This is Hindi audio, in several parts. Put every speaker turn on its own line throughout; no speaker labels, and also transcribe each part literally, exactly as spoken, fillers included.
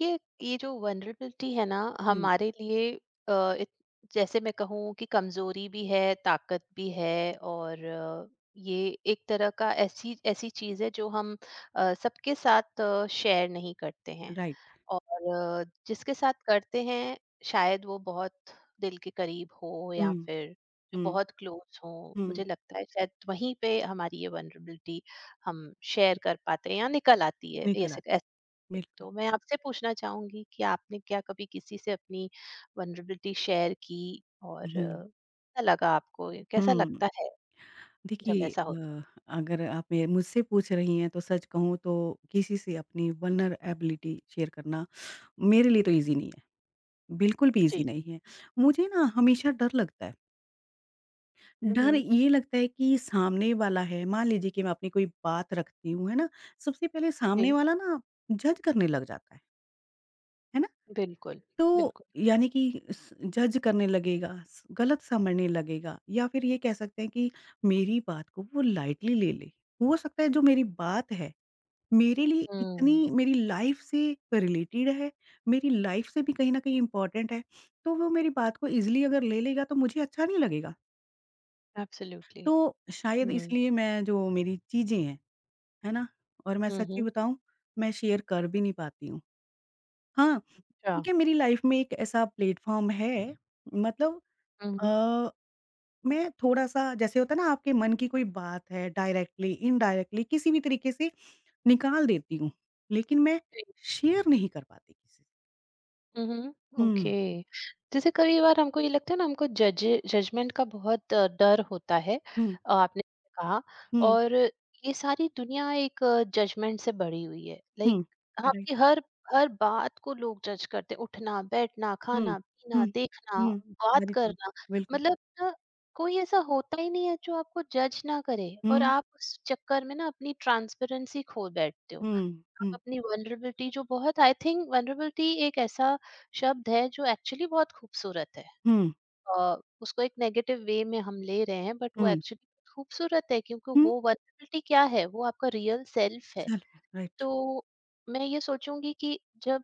ये ये जो वल्नरेबिलिटी है ना
हुँ,
हमारे लिए, अ, इत- जैसे मैं कहूँ कि कमजोरी भी है, ताकत भी है, और अ, ये एक तरह का ऐसी ऐसी चीज है जो हम अ, सबके साथ शेयर नहीं करते हैं।
राइट।
और अ, जिसके साथ करते हैं शायद वो बहुत दिल के करीब हो, या
हुँ,
फिर जो
हुँ,
बहुत क्लोज हो। मुझे
हुँ।
लगता है शायद वहीं पे हमारी ये वल्नरेबिलिटी हम शेयर कर पाते हैं, या निकल आती है, ये
निकल
ऐसे
आती,
है।
बिल्कुल।
तो मैं आपसे पूछना चाहूंगी कि आपने क्या कभी किसी से अपनी वनरेबिलिटी शेयर की, और
हुँ,
अ, कैसा लगा आपको, कैसा
हुँ।
लगता है जब
देखिए
ऐसा होता है।
अ, अगर आप मे मुझसे पूछ रही हैं तो सच कहूँ तो किसी से अपनी वल्नरेबिलिटी शेयर करना मेरे लिए तो ईज़ी नहीं है, बिल्कुल भी ईज़ी
जी।
नहीं है। मुझे ना हमेशा डर लगता है। डर
हम्म।
ये लगता है कि सामने वाला है, मान लीजिए कि मैं अपनी कोई बात रखती हूँ, है ना? सबसे पहले सामने
जी।
वाला ना जज करने लग जाता है, है ना?
बिल्कुल,
तो
बिल्कुल।
यानी कि स जज करने लगेगा, स गलत समझने लगेगा, या फिर ये कह सकते हैं कि मेरी बात को वो लाइटली ले ले। हो सकता है जो मेरी बात है, मेरे लिए
हम्म।
इतनी मेरी लाइफ़ से रिलेटेड है, मेरी लाइफ़ से भी कहीं न कहीं इम्पोर्टेंट है, तो वो मेरी बात को ईज़िली अगर ले लेगा तो मुझे अच्छा नहीं लगेगा।
एब्सोल्युटली।
तो शायद
हम्म।
इसलिए मैं जो मेरी चीज़ें हैं, है ना? और मैं सच्ची
हम्म।
बताऊँ, मैं शेयर कर भी नहीं पाती हूँ। हाँ,
या।
ठीक है, मेरी लाइफ़ में एक ऐसा प्लेटफ़ॉर्म है, मतलब
हम्म।
अ, मैं थोड़ा-सा, जैसे होता है ना, आपके मन की कोई बात है डायरेक्टली, इनडायरेक्टली किसी भी तरीके से निकाल देती हूँ, लेकिन मैं शेयर नहीं कर पाती किसी से।
हम्म। ओके।
हुँ,
जैसे कई बार हमको ये लगता है ना, हमको जज जजमेंट का बहुत अ, डर होता है।
हुँ,
अ, आपने कहा,
हुँ,
और ये सारी दुनिया एक जजमेंट से भरी हुई है, लाइक
हुँ, राइट,
आपकी हर हर बात को लोग जज करते हैं — उठना, बैठना,
हुँ,
खाना, पीना,
हुँ,
देखना,
हुँ,
बात
वेरी ट्रू,
करना।
बिल्कुल।
मतलब ना, कोई ऐसा होता ही नहीं है जो आपको जज ना करे, और
हुँ,
आप उस चक्कर में ना अपनी ट्रांसपेरेंसी खो बैठते हो।
हुँ,
आप
हुँ,
अपनी वल्नरेबिलिटी जो बहुत, आई थिंक वल्नरेबिलिटी एक ऐसा शब्द है जो एक्चुअली बहुत खूबसूरत है।
हुँ,
अ, उसको एक नेगेटिव वे में हम ले रहे हैं, बट वो
हुँ,
एक्चुअली खूबसूरत है। क्योंकि
हुँ,
वो वल्नरेबिलिटी क्या है? वो आपका रियल सेल्फ है।
सेल्फ राइट,
तो मैं ये सोचूँगी कि जब,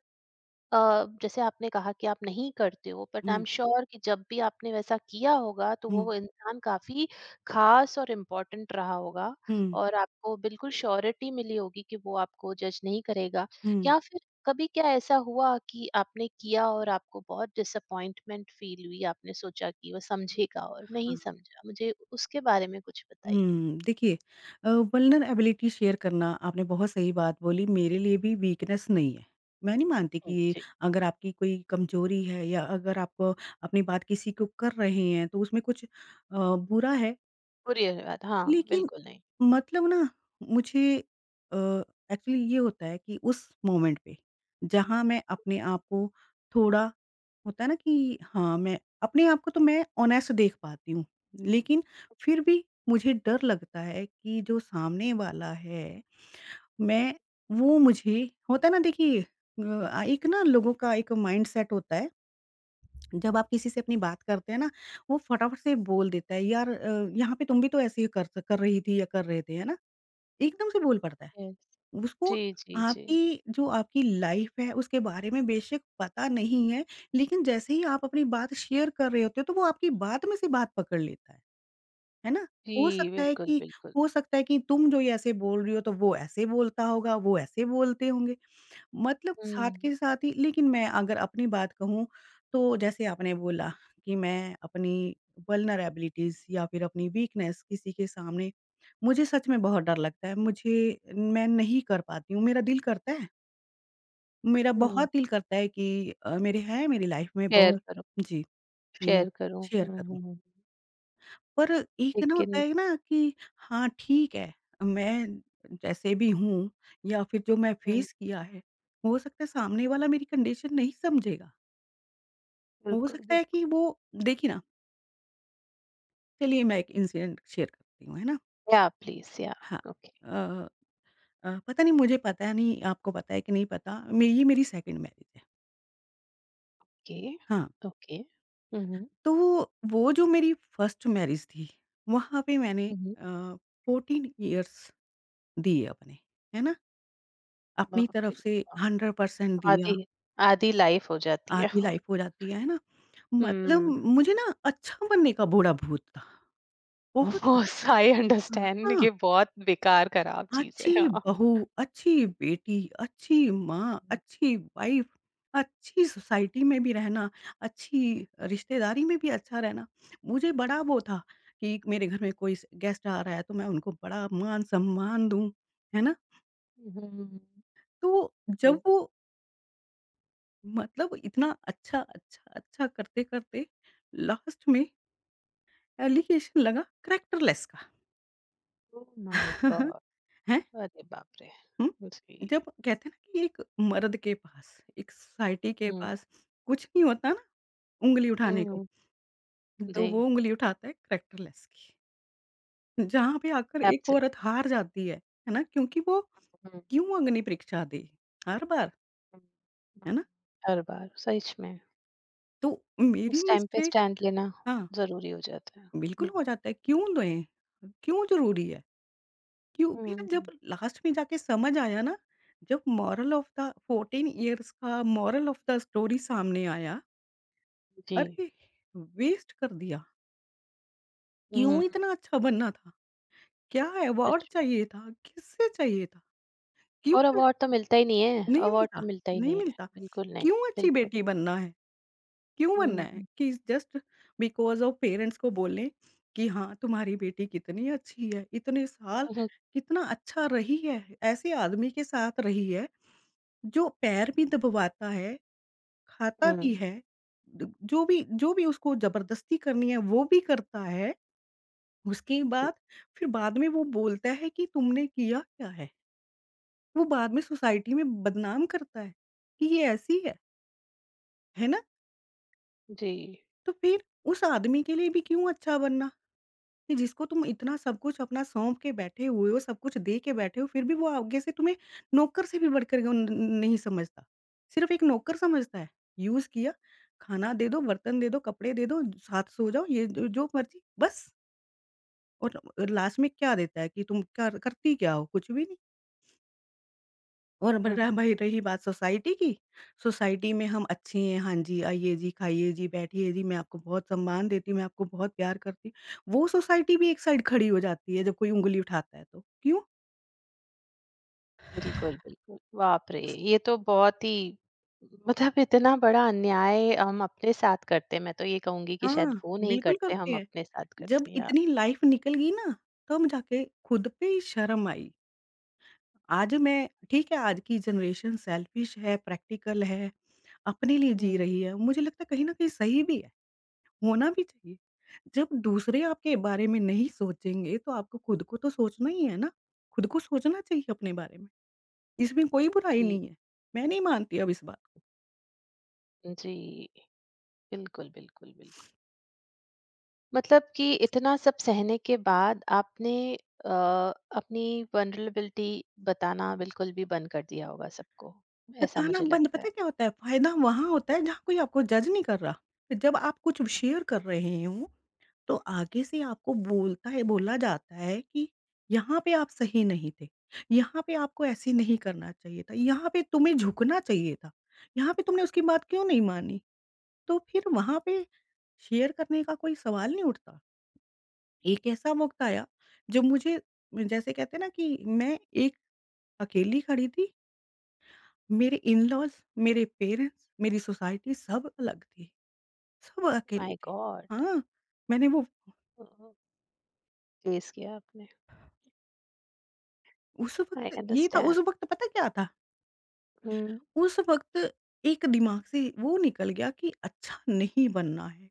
अ, जैसे आपने कहा कि आप नहीं करते हो, but I
hmm,
am sure कि जब भी आपने वैसा किया होगा तो
हुँ,
वो इंसान काफी खास और इम्पोर्टेंट रहा होगा,
हुँ,
और आपको बिल्कुल श्योरिटी मिली होगी कि वो आपको जज नहीं करेगा।
हुँ,
या फिर कभी क्या ऐसा हुआ कि आपने किया और आपको बहुत डिसअपॉइंटमेंट फील हुई, आपने सोचा कि वो समझेगा और नहीं
हाँ।
समझा? मुझे उसके बारे में कुछ बताइए।
हुँ, देखिए अ, वल्नरेबिलिटी शेयर करना, आपने बहुत सही बात बोली, मेरे लिए भी वीकनेस नहीं है। मैं नहीं मानती कि
जी
ये,
जी।
अगर आपकी कोई कमज़ोरी है या अगर आप अपनी बात किसी को कर रहे हैं, तो उसमें कुछ अ, बुरा है।
बुरी है बात, हाँ,
लेकिन,
बिल्कुल नहीं।
मतलब ना, मुझे अ, एक्चुअली ये होता है कि उस मोमेंट पे, जहाँ मैं अपने आप को थोड़ा, होता है ना, कि हाँ, मैं अपने आप को तो मैं ऑनेस्ट देख पाती हूँ, लेकिन फिर भी मुझे डर लगता है कि जो सामने वाला है, मैं वो मुझे, होता है ना, देखिए अ, एक ना, लोगों का एक माइंडसेट होता है, जब आप किसी से अपनी बात करते हैं ना, वो फटाफट से बोल देता है, "यार अ, यहाँ पे तुम भी तो ऐसे ही कर कर रही थी या कर रहे थे", है ना? एकदम से बोल पड़ता है।
Yes.
उसको
जी, जी, जी।
आपकी, जो आपकी लाइफ़ है, उसके बारे में बेशक पता नहीं है, लेकिन जैसे ही आप अपनी बात शेयर कर रहे होते हो, तो वो आपकी बात में से बात पकड़ लेता है। है ना?
जी
हो सकता है
बिल्कुल,
कि
बिल्कुल।
हो सकता है कि तुम जो ये ऐसे बोल रही हो, तो वो ऐसे बोलता होगा, वो ऐसे बोलते होंगे। मतलब साथ
हम्म।
के साथ ही, लेकिन मैं अगर अपनी बात कहूँ, तो जैसे आपने बोला कि मैं अपनी वल्नरेबिलिटीज़ या फिर अपनी वीकनेस किसी के सामने, मुझे सच में बहुत डर लगता है। मुझे, मैं नहीं कर पाती हूँ, मेरा दिल करता है, मेरा
हुँ,
बहुत दिल करता है कि अ, मेरे हैं, मेरी लाइफ़ में
शेयर
बहुत,
करो।
जी, कि
शेयर करो।
शेयर
हुँ,
करूँ।
हुँ, हुँ।
पर एक ना, होता
लेकिन
है ना, कि हाँ ठीक है, मैं जैसे भी हूँ या फिर जो मैं
हुँ,
फेस किया है, हो सकता है सामने वाला मेरी कंडीशन नहीं समझेगा। हो
बिल्कुल,
सकता है कि
बिल्कुल।
वो, देखिए ना, चलिए मैं एक इंसिडेंट शेयर करती हूँ, है ना?
या, प्लीज़, या।
हाँ।
ओके,
अ अ, पता नहीं, मुझे पता नहीं आपको पता है कि नहीं पता, मे ये मेरी सेकंड मैरिज है।
ओके,
हाँ,
ओके। हुँ, हुँ,
तो वो जो मेरी फर्स्ट मैरिज थी, वहाँ पे मैंने
हुँ, हुँ।
अ, फोर्टीन इयर्स दिए अपने, है ना? अपनी
बाप रे
तरफ से
बाप!
हंड्रेड परसेंट दिया,
आधी आधी लाइफ़ हो जाती है।
आधी लाइफ हो जाती है, है ना? मतलब,
हुँ,
मुझे ना अच्छा बनने का बड़ा भूत था, बहुत था।
बस आई
हाँ।
अंडरस्टैंड
हाँ,
ये बहुत बेकार खराब चीज़ है।
अच्छी
हाँ।
बहू, अच्छी बेटी, अच्छी माँ, अच्छी वाइफ़, अच्छी सोसाइटी में भी रहना, अच्छी रिश्तेदारी में भी अच्छा रहना। मुझे बड़ा वो था कि मेरे घर में कोई स गेस्ट आ रहा है तो मैं उनको बड़ा मान-सम्मान दूँ, है ना?
हुँ,
तो जब वो, मतलब, इतना अच्छा, अच्छा, अच्छा करते-करते, लास्ट में एलिगेशन लगा कैरेक्टरलेस का।
Oh my God!
हैं?
अरे बाप रे!
हुँ?
जी।
जब कहते हैं ना कि एक मर्द के पास, एक सोसाइटी के
हुँ,
पास कुछ नहीं होता ना उंगली उठाने को,
हुँ,
तो
जी,
वो उंगली उठाता है कैरेक्टरलेस की। जहाँ पे आकर एक
एब्सोल्यूट।
औरत हार जाती है, है ना? क्योंकि वो,
हुँ,
क्यों अग्नि परीक्षा दे हर बार,
हुँ, हुँ।
है ना?
हर बार सच में।
तो मेरी
उस टाइम पे
मिस्टेक,
स्टैंड लेना
हाँ,
ज़रूरी हो जाता है।
बिल्कुल
हुँ,
हो जाता है, क्यों दें? क्यों ज़रूरी है? क्यों,
हुँ,
फिर जब
हुँ,
लास्ट में जाके समझ आया ना, जब moral of the fourteen years का, मोरल ऑफ द स्टोरी सामने आया,
जी।
अरे! वेस्ट कर दिया। क्यों
हुँ,
इतना अच्छा बनना था? क्या अवार्ड
सच में।
चाहिए था? किससे चाहिए था? क्यों,
और अवार्ड तो मिलता ही नहीं है,
नहीं
अवार्ड
मिलता,
तो मिलता ही
नहीं
नहीं है।
मिलता।
बिल्कुल नहीं,
क्यों अच्छी
बिल्कुल
बेटी
नहीं।
बनना है? क्यों बनना
हुँ,
है?
हुँ,
कि जस्ट बिकॉज़ ऑफ पेरेंट्स को बोले कि हाँ, तुम्हारी बेटी कितनी अच्छी है, इतने साल कितना अच्छा रही है, ऐसे आदमी के साथ रही है। जो पैर भी दबवाता है, खाता
हुँ,
भी
हुँ,
है, द जो भी जो भी उसको ज़बरदस्ती करनी है वो भी करता है, उसके
जी,
बाद, फिर बाद में वो बोलता है कि तुमने किया क्या है? वो बाद में सोसाइटी में बदनाम करता है, कि ये ऐसी है, है ना?
जी।
तो फिर उस आदमी के लिए भी क्यों अच्छा बनना? कि जिसको तुम इतना सब कुछ अपना सौंप के बैठे हुए हो, सब कुछ दे के बैठे हो, फिर भी वो आगे से तुम्हें नौकर से भी बढ़कर वो न न नहीं समझता। सिर्फ़ एक नौकर समझता है। यूज़ किया, खाना दे दो, बर्तन दे दो, कपड़े दे दो, साथ सो जाओ, ये जो जो मर्ज़ी, बस, और लास्ट में क्या देता है कि तुम क्या करती क्या हो? कुछ भी नहीं। और ब
हुँ,
रहा भई, रही बात सोसाइटी की, सोसाइटी में हम अच्छे हैं, हाँ जी, आइए जी, खाइए जी, बैठिए जी, मैं आपको बहुत सम्मान देती हूँ, मैं आपको बहुत प्यार करती हूँ। वो सोसाइटी भी एक साइड खड़ी हो जाती है जब कोई उँगली उठाता है तो। क्यों?
बिल्कुल, बिल्कुल। बाप रे! ये तो बहुत ही, मतलब इतना बड़ा अन्याय हम अपने साथ करते हैं, मैं तो ये कहूँगी कि शायद
हाँ,
वो नहीं
बिल्कुल
करते,
करते
हम
हैं।
अपने साथ
जब
करते हैं, या?
इतनी लाइफ निकल गई ना, तब जाके खुद पे ही शर्म आई। आज मैं ठीक है, आज की जनरेशन सेल्फिश है, प्रैक्टिकल है, अपने लिए जी
हुँ,
रही है, मुझे लगता है कहीं न कहीं सही भी है। होना भी चाहिए। जब दूसरे आपके बारे में नहीं सोचेंगे तो आपको खुद को तो सोचना ही है ना। खुद को सोचना चाहिए अपने बारे में। इसमें कोई बुराई
जी,
नहीं है। मैं नहीं मानती अब इस बात को।
जी। बिल्कुल, बिल्कुल, बिल्कुल। मतलब कि इतना सब सहने के बाद आपने अ, अपनी वल्नरेबिलिटी बताना बिल्कुल भी बंद कर दिया होगा सबको, ऐसा
बताना
मुझे
बंद,
लगता
पता
है।
है क्या होता है? फ़ायदा वहाँ होता है जहाँ कोई आपको जज नहीं कर रहा। जब आप कुछ शेयर कर रहे हो, तो आगे से आपको बोलता है बोला जाता है कि यहाँ पे आप सही नहीं थे। यहाँ पे आपको ऐसे नहीं करना चाहिए था। यहाँ पे तुम्हें झुकना चाहिए था। यहाँ पे तुमने उसकी बात क्यों नहीं मानी? तो फिर वहाँ पे शेयर करने का कोई सवाल नहीं उठता। एक ऐसा वक़्त आया जो मुझे, जैसे कहते हैं ना कि मैं एक अकेली खड़ी थी, मेरे इन-लॉज़, मेरे पेरेंट्स, मेरी सोसाइटी, सब अलग थी, सब अकेले
माय
थे।
गॉड!
हाँ, मैंने वो,
फेस किया आपने।
उस
आई
वक़्त ये था, उस
अंडरस्टैंड।
वक़्त पता क्या था?
हुँ,
उस वक़्त एक दिमाग से वो निकल गया कि अच्छा नहीं बनना है।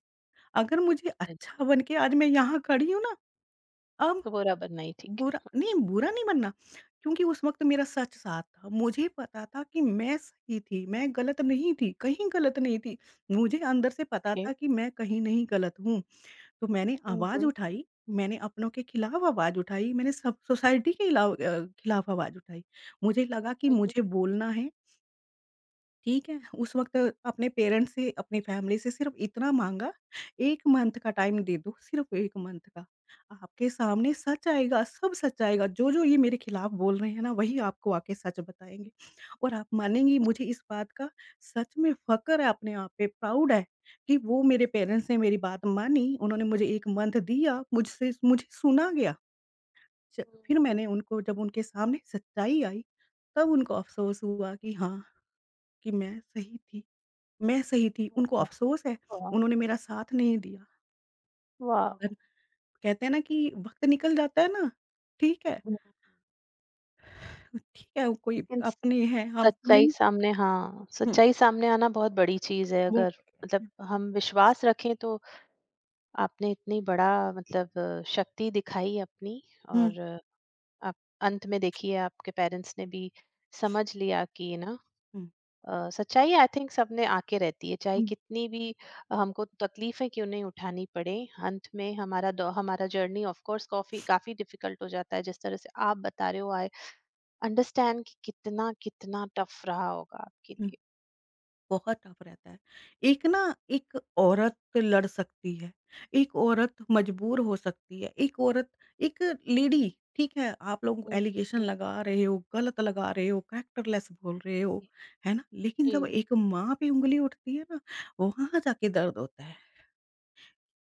अगर मुझे
बिल्कुल।
अच्छा बन के आज मैं यहाँ खड़ी हूँ ना, अब,
तो बुरा बनना ही ठीक
बुरा
है।
नहीं, बुरा नहीं बनना, क्योंकि उस वक़्त मेरा सच साथ था। मुझे पता था कि मैं सही थी, मैं गलत नहीं थी, कहीं गलत नहीं थी। मुझे अंदर से पता
ओके।
था कि मैं कहीं नहीं गलत हूँ। तो मैंने
हुँ,
आवाज़
हुँ,
उठाई, मैंने अपनों के खिलाफ आवाज़ उठाई, मैंने सब सोसाइटी के इलाव अ, खिलाफ आवाज़ उठाई। मुझे लगा कि
हुँ, हुँ,
मुझे बोलना है, ठीक है, उस वक़्त अपने पेरेंट्स से, अपनी फैमिली से सिर्फ़ इतना माँगा, एक मंथ का टाइम दे दो, सिर्फ़ एक मंथ का। आपके सामने
हुँ,
सच आएगा, सब सच आएगा, जो-जो ये मेरे खिलाफ़ बोल रहे हैं ना, वही आपको आके सच बताएँगे। और आप मानेंगी, मुझे इस बात का सच में फ़क्र है अपने आप पे, प्राउड है कि वो, मेरे पेरेंट्स ने मेरी बात मानी, उन्होंने मुझे एक मंथ दिया, मुझसे मुझे सुना गया। च फिर
हुँ।
मैंने उनको, जब उनके सामने सच्चाई आई, तब उनको अफ़सोस हुआ कि हाँ, कि मैं सही थी। मैं सही थी, उनको अफ़सोस है,
वाह!
उन्होंने मेरा साथ नहीं दिया।
वाह!
पर कहते हैं ना कि वक़्त निकल जाता है ना, ठीक है,
हुँ,
ठीक है, कोई
लेकिन
अपने हैं, हम
सच्चाई
नहीं,
सामने, हाँ,
हुँ,
सच्चाई सामने आना बहुत बड़ी चीज़ है,
वो,
अगर
हुँ,
मतलब हम विश्वास रखें तो। आपने इतनी बड़ा मतलब अ, शक्ति दिखाई अपनी,
हुँ,
और अ, आप अंत में देखिए आपके पेरेंट्स ने भी समझ लिया कि ना,
हुँ,
अ, सच्चाई आई थिंक सबने आके रहती है, चाहे
हुँ,
कितनी भी हमको तकलीफें क्यों नहीं उठानी पड़े। अंत में हमारा दौ- हमारा जर्नी ऑफ कोर्स काफी काफी डिफिकल्ट हो जाता है, जिस तरह से आप बता रहे हो आई अंडरस्टैंड कि कितना कितना टफ रहा होगा आपके
हुँ।
लिए।
बहुत टफ रहता है। एक ना, एक औरत लड़ सकती है, एक औरत मजबूर हो सकती है, एक औरत, एक लेडी, ठीक है, आप लोग
हम्म,
एलिगेशन
हम्म,
लगा रहे हो, गलत लगा रहे हो, कैरेक्टरलेस बोल रहे हो,
जी
है ना? लेकिन जब
जी,
एक माँ पे ऊँगली उठती है ना, वहाँ जाके दर्द होता है।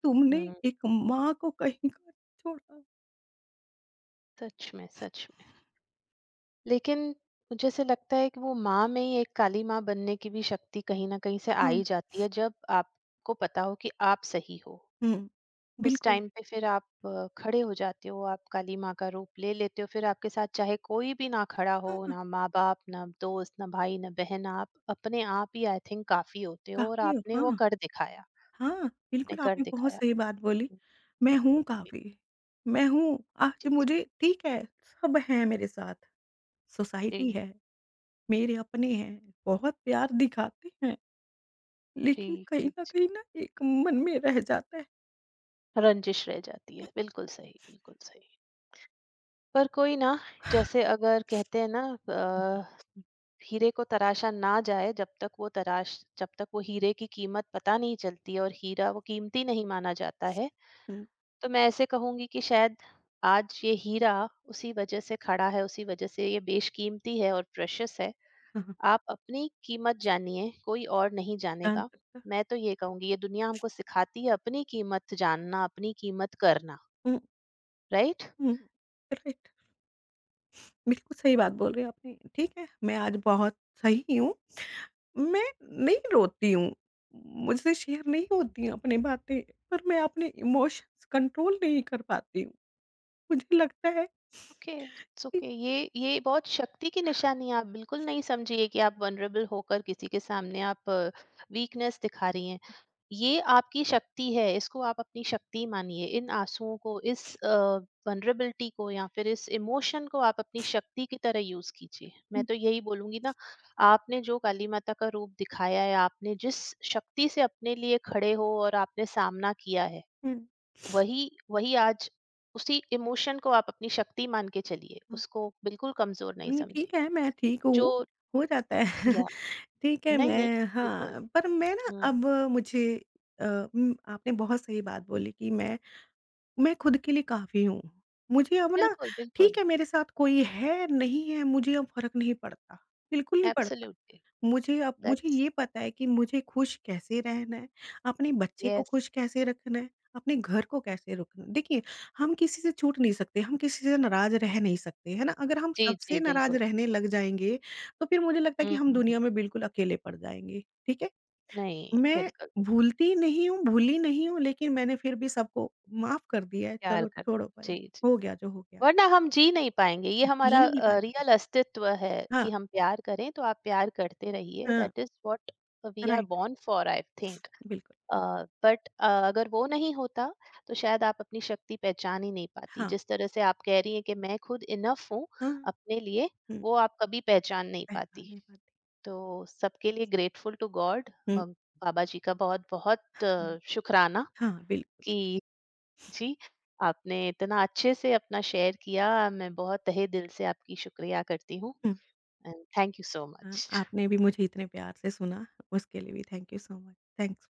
तुमने
हम्म।
एक माँ को कहीं का छोड़ा।
सच में, सच में। लेकिन मुझे ऐसे लगता है कि वो माँ में ही एक काली माँ बनने की भी शक्ति कहीं न कहीं से आ
हाँ,
ही जाती है, जब आपको पता हो कि आप सही हो।
हुँ।
उस
बिल्कुल,
टाइम पे फिर आप अ, खड़े हो जाते हो, आप काली माँ का रूप ले लेते हो, फिर आपके साथ चाहे कोई भी ना खड़ा हो,
हाँ,
ना माँ-बाप, ना दोस्त, ना भाई, ना बहन, आप अपने आप ही आई थिंक काफ़ी होते हो, और
काफ़ी,
आपने वो
हाँ।
कर दिखाया,
हाँ,
आपने
बिल्कुल
कर
आपने बहुत
दिखाया।
सही बात बोली। मैं हूँ
जी,
काफ़ी, मैं हूँ, आज
जी, जी,
मुझे, ठीक है, सब हैं मेरे साथ, सोसाइटी
जी,
है, मेरे अपने हैं, बहुत प्यार दिखाते हैं,
जी,
लेकिन कहीं
जी,
न
जी।
कहीं ना एक मन में रह जाता है।
रंजिश रह जाती है, बिल्कुल सही, बिल्कुल सही। पर कोई ना, जैसे अगर कहते हैं ना, अ, हीरे को तराशा ना जाए, जब तक वो तराश जब तक वो हीरे की कीमत पता नहीं चलती है और हीरा वो कीमती नहीं माना जाता है।
हुँ,
तो मैं ऐसे कहूंगी कि शायद आज ये हीरा उसी वजह से खड़ा है, उसी वजह से ये बेशकीमती है और प्रेशियस है।
हाँ।
आप अपनी कीमत जानिए, कोई और नहीं
जान
जानेगा।
सकता,
मैं तो ये कहूंगी ये दुनिया हमको सिखाती है अपनी कीमत जानना, अपनी कीमत करना।
हुँ,
राइट।
हुँ, राइट, बिल्कुल सही बात बोल रहे हैं आपने। ठीक है, मैं आज बहुत सही हूँ। मैं नहीं रोती हूँ, मुझसे शेयर नहीं होती अपनी बातें, पर मैं अपने इमोशंस कंट्रोल नहीं कर पाती हूँ। मुझे लगता है
ओके, इट्स
कि,
ओके। ये ये बहुत शक्ति की निशानी है। आप बिल्कुल नहीं समझिए कि आप वनरेबल होकर किसी के सामने आप वीकनेस दिखा रही हैं। ये आपकी शक्ति है, इसको आप अपनी शक्ति मानिए। इन आंसुओं को, इस वनरेबिलिटी को, या फिर इस इमोशन को आप अपनी शक्ति की तरह यूज कीजिए,
हुँ,
मैं तो यही बोलूंगी ना। आपने जो काली माता का रूप दिखाया है, आपने जिस शक्ति से अपने लिए खड़े हो और आपने सामना किया है,
हुँ,
वही वही आज, उसी इमोशन को आप अपनी शक्ति मान के चलिए,
हुँ,
उसको बिल्कुल कमजोर नहीं
नहीं ठीक
समझिए।
है, मैं ठीक
जो,
हूँ, हो जाता है।
या।
ठीक है,
नहीं, नहीं।
मैं,
बिल्कुल।
हाँ, पर मैं ना
हम्म,
अब मुझे, अ, उम, आपने बहुत सही बात बोली कि मैं मैं खुद के लिए काफ़ी हूँ। मुझे अब ना,
बिल्कुल,
ठीक
बिल्कुल।
है, मेरे साथ कोई है, नहीं है, मुझे अब फ़र्क नहीं पड़ता, बिल्कुल नहीं पड़ता।
एब्सोल्युटली।
मुझे अब मुझे
दैट्स।
ये पता है कि मुझे खुश कैसे रहना है, अपने बच्चे को
यस।
खुश कैसे रखना है, अपने घर को कैसे रखना है। देखिए, हम किसी से छूट नहीं सकते, हम किसी से नाराज़ रह नहीं सकते, है ना? अगर हम
जी,
सबसे
जी
नाराज़
बिल्कुल।
रहने लग जाएँगे, तो फिर मुझे लगता है कि
हम्म,
हम
हम्म,
दुनिया में बिल्कुल अकेले पड़ जाएँगे, ठीक है?
नहीं
मैं
बिल्कुल, बिल्कुल।
भूलती नहीं हूँ, भूली नहीं हूँ, लेकिन मैंने फिर भी सबको माफ़ कर दिया है,
प्यार
चलो
कर।
छोड़ो परे,
जी, जी।
हो गया जो हो गया,
वरना हम जी नहीं पाएंगे। ये
जी
हमारा
नहीं पाएँगे।
रियल अस्तित्व है
हाँ,
कि हम प्यार करें, तो आप प्यार करते रहिए,
हाँ,
that is what we are
right,
born for I think.
बिल्कुल,
बट अगर वो नहीं होता तो शायद आप अपनी शक्ति पहचान ही नहीं पाती,
हाँ,
जिस तरह से आप कह रही हैं कि मैं खुद इनफ हूँ
हाँ,
अपने लिए,
हुँ,
वो आप कभी पहचान नहीं पाती।
पहचाने वाली,
तो सबके लिए ग्रेटफुल टू गॉड।
हुँ,
बाबा जी का बहुत बहुत
हाँ,
अ, शुक्राना
हाँ, बिल्कुल,
कि जी, आपने इतना अच्छे से अपना शेयर किया, मैं बहुत तहे दिल से आपकी शुक्रिया करती हूँ।
हुँ,
एंड थैंक यू सो
हाँ,
मच।
आपने भी मुझे इतने प्यार से सुना, उसके लिए भी thank you so much, thanks.